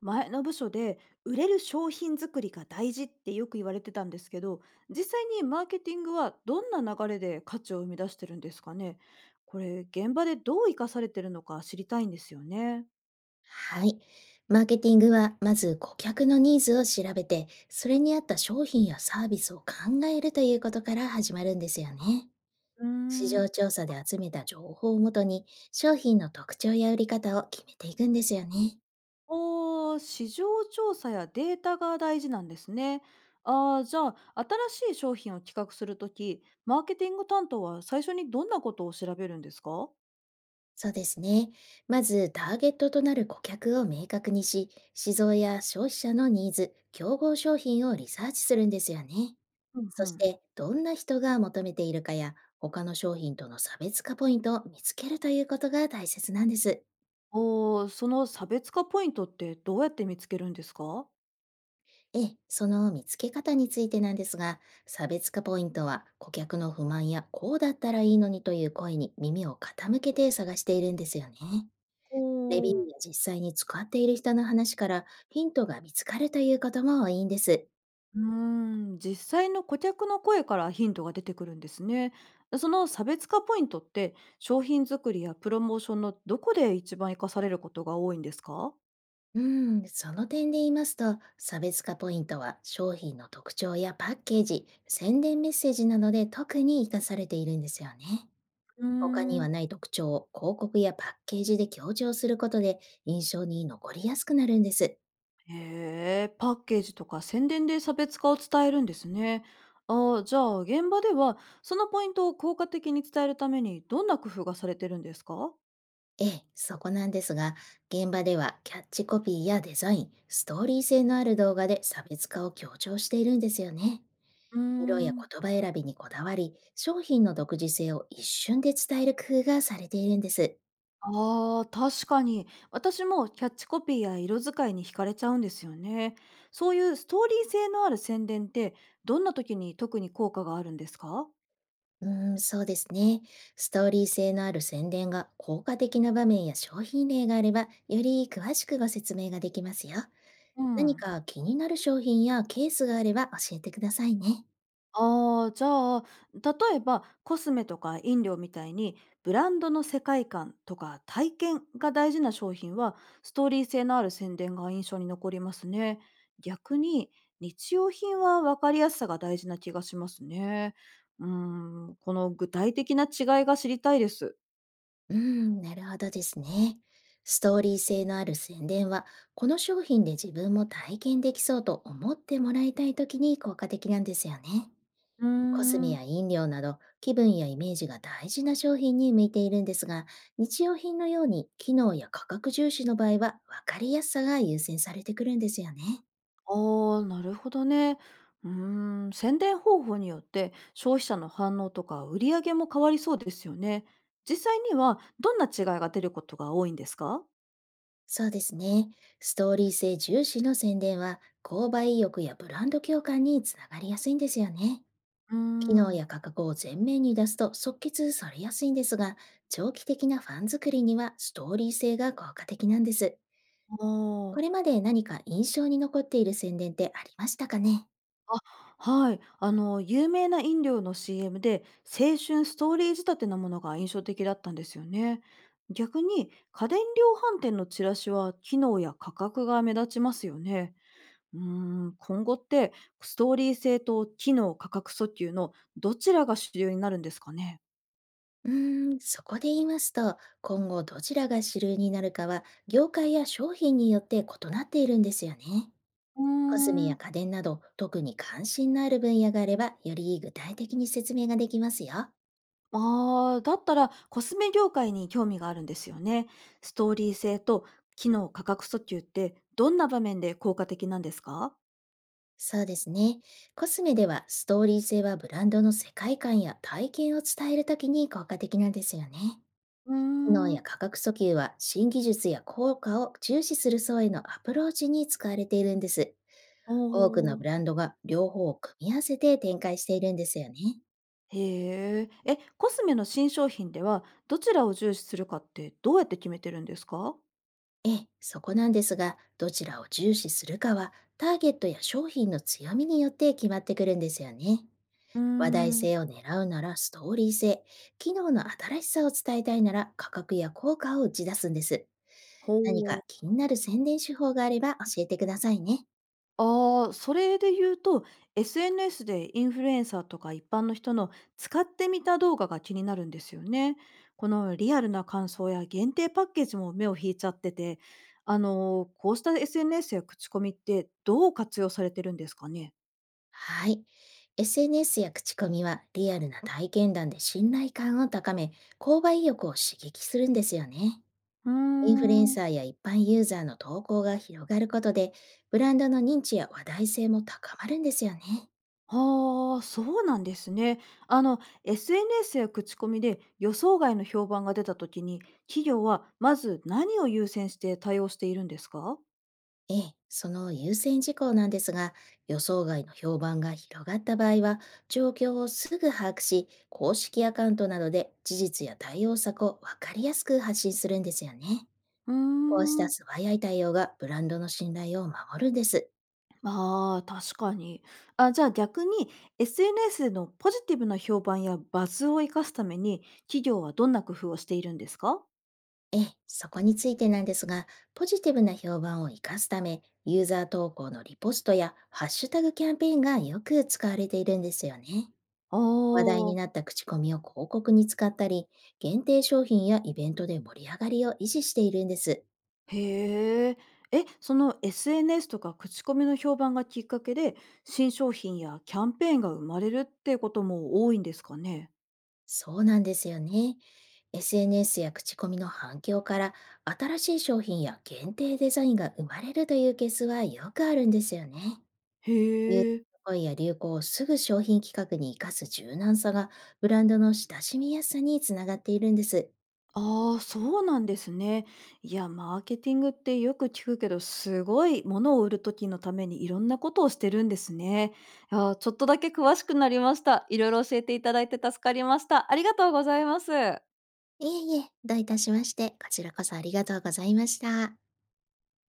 前の部署で売れる商品作りが大事ってよく言われてたんですけど、実際にマーケティングはどんな流れで価値を生み出してるんですかね。これ現場でどう生かされてるのか知りたいんですよね。はい。マーケティングは、まず顧客のニーズを調べて、それに合った商品やサービスを考えるということから始まるんですよね。うー市ん。場調査で集めた情報をもとに、商品の特徴や売り方を決めていくんですよね。ああ、市場調査やデータが大事なんですね。ああ、じゃあ、新しい商品を企画するとき、マーケティング担当は最初にどんなことを調べるんですか？そうですね。まず、ターゲットとなる顧客を明確にし、市場や消費者のニーズ、競合商品をリサーチするんですよね。うんうそしん。て、どんな人が求めているかや、他の商品との差別化ポイントを見つけるということが大切なんです。おー、その差別化ポイントってどうやって見つけるんですか？ええ、その見つけ方についてなんですが、差別化ポイントは顧客の不満やこうだったらいいのにという声に耳を傾けて探しているんですよね。おレビューお。や実際に使っている人の話からヒントが見つかるということも多いんです。うー実際の顧客の声からヒントが出てくるんですね。その差別化ポイントって商品作りやプロモーションのどこで一番活かされることが多いんですか？うん、その点で言いますと、差別化ポイントは商品の特徴やパッケージ、宣伝メッセージなどで特に活かされているんですよね。うー他にん。はない特徴を広告やパッケージで強調することで印象に残りやすくなるんです。へえ、パッケージとか宣伝で差別化を伝えるんですね。ああ、じゃあ、現場では、そのポイントを効果的に伝えるためにどんな工夫がされてるんですか？ええ、そこなんですが、現場ではキャッチコピーやデザイン、ストーリー性のある動画で差別化を強調しているんですよね。うー色やん。言葉選びにこだわり、商品の独自性を一瞬で伝える工夫がされているんです。ああ、確かに。私もキャッチコピーや色使いに惹かれちゃうんですよね。そういうストーリー性のある宣伝って、どんな時に特に効果があるんですか？うーん、そうですね。ストーリー性のある宣伝が効果的な場面や商品例があれば、より詳しくご説明ができますよ。う何ん。か気になる商品やケースがあれば教えてくださいね。ああ、じゃあ、例えばコスメとか飲料みたいに、ブランドの世界観とか体験が大事な商品は、ストーリー性のある宣伝が印象に残りますね。逆に、日用品は分かりやすさが大事な気がしますね。うーこの具体的な違いが知りたいです。うーん、なるほどですね。ストーリー性のある宣伝は、この商品で自分も体験できそうと思ってもらいたいときに効果的なんですよね。うーコスメん。や飲料など気分やイメージが大事な商品に向いているんですが、日用品のように機能や価格重視の場合は分かりやすさが優先されてくるんですよね。ああ、なるほどね。宣伝方法によって消費者の反応とか売り上げも変わりそうですよね。実際にはどんな違いが出ることが多いんですか？そうですね。ストーリー性重視の宣伝は購買意欲やブランド共感につながりやすいんですよね。うー機能ん。や価格を前面に出すと即決されやすいんですが、長期的なファン作りにはストーリー性が効果的なんです。あこれあ、まで何か印象に残っている宣伝ってありましたかね？あ、はい。あの、有名な飲料の CM で、青春ストーリー仕立てなものが印象的だったんですよね。逆に家電量販店のチラシは機能や価格が目立ちますよね。うー今後って、ストーリー性と機能価格訴求のどちらが主流になるんですかね？うーん、そこで言いますと、今後どちらが主流になるかは、業界や商品によって異なっているんですよね。うコスメーやん、家電など、特に関心のある分野があれば、より具体的に説明ができますよ。ああ、だったらコスメ業界に興味があるんですよね。ストーリー性と機能価格訴求ってどんな場面で効果的なんですか？そうですね。コスメでは、ストーリー性はブランドの世界観や体験を伝えるときに効果的なんですよね。うー機能ん。や価格訴求は、新技術や効果を重視する層へのアプローチに使われているんです。お多くのブお。ランドが両方を組み合わせて展開しているんですよね。へえ。え、コスメの新商品ではどちらを重視するかってどうやって決めてるんですか？ええ、そこなんですが、どちらを重視するかは、ターゲットや商品の強みによって決まってくるんですよね。うー話題ん。性を狙うならストーリー性、機能の新しさを伝えたいなら価格や効果を打ち出すんです。ほ何う。か気になる宣伝手法があれば教えてくださいね。ああ、それで言うと、SNS でインフルエンサーとか一般の人の使ってみた動画が気になるんですよね。このリアルな感想や限定パッケージも目を引いちゃってて、こうした SNS や口コミってどう活用されてるんですかね？はい。SNS や口コミはリアルな体験談で信頼感を高め、購買意欲を刺激するんですよね。うーインフルエンん。サーや一般ユーザーの投稿が広がることで、ブランドの認知や話題性も高まるんですよね。ああ、そうなんですね。あの SNS や口コミで予想外の評判が出た時に、企業はまず何を優先して対応しているんですか？ええ、その優先事項なんですが、予想外の評判が広がった場合は、状況をすぐ把握し、公式アカウントなどで事実や対応策を分かりやすく発信するんですよね。うーこうしたん。素早い対応がブランドの信頼を守るんです。ああ、確かに。あ、じゃあ逆に、 SNS のポジティブな評判やバズを生かすために、企業はどんな工夫をしているんですか？ええ、そこについてなんですが、ポジティブな評判を生かすため、ユーザー投稿のリポストやハッシュタグキャンペーンがよく使われているんですよね。あ話題にー、なった口コミを広告に使ったり、限定商品やイベントで盛り上がりを維持しているんです。へえ。え、その SNS とか口コミの評判がきっかけで、新商品やキャンペーンが生まれるってことも多いんですかね？そうなんですよね。SNS や口コミの反響から新しい商品や限定デザインが生まれるというケースはよくあるんですよね。ニューへえ。ス声や流行をすぐ商品企画に生かす柔軟さが、ブランドの親しみやすさにつながっているんです。ああ、そうなんですね。いや、マーケティングってよく聞くけど、すごいものを売る時のためにいろんなことをしてるんですね。ああ、ちょっとだけ詳しくなりました。いろいろ教えていただいて助かりました。ありがとうございます。いえいえ、どういたしまして、こちらこそありがとうございました。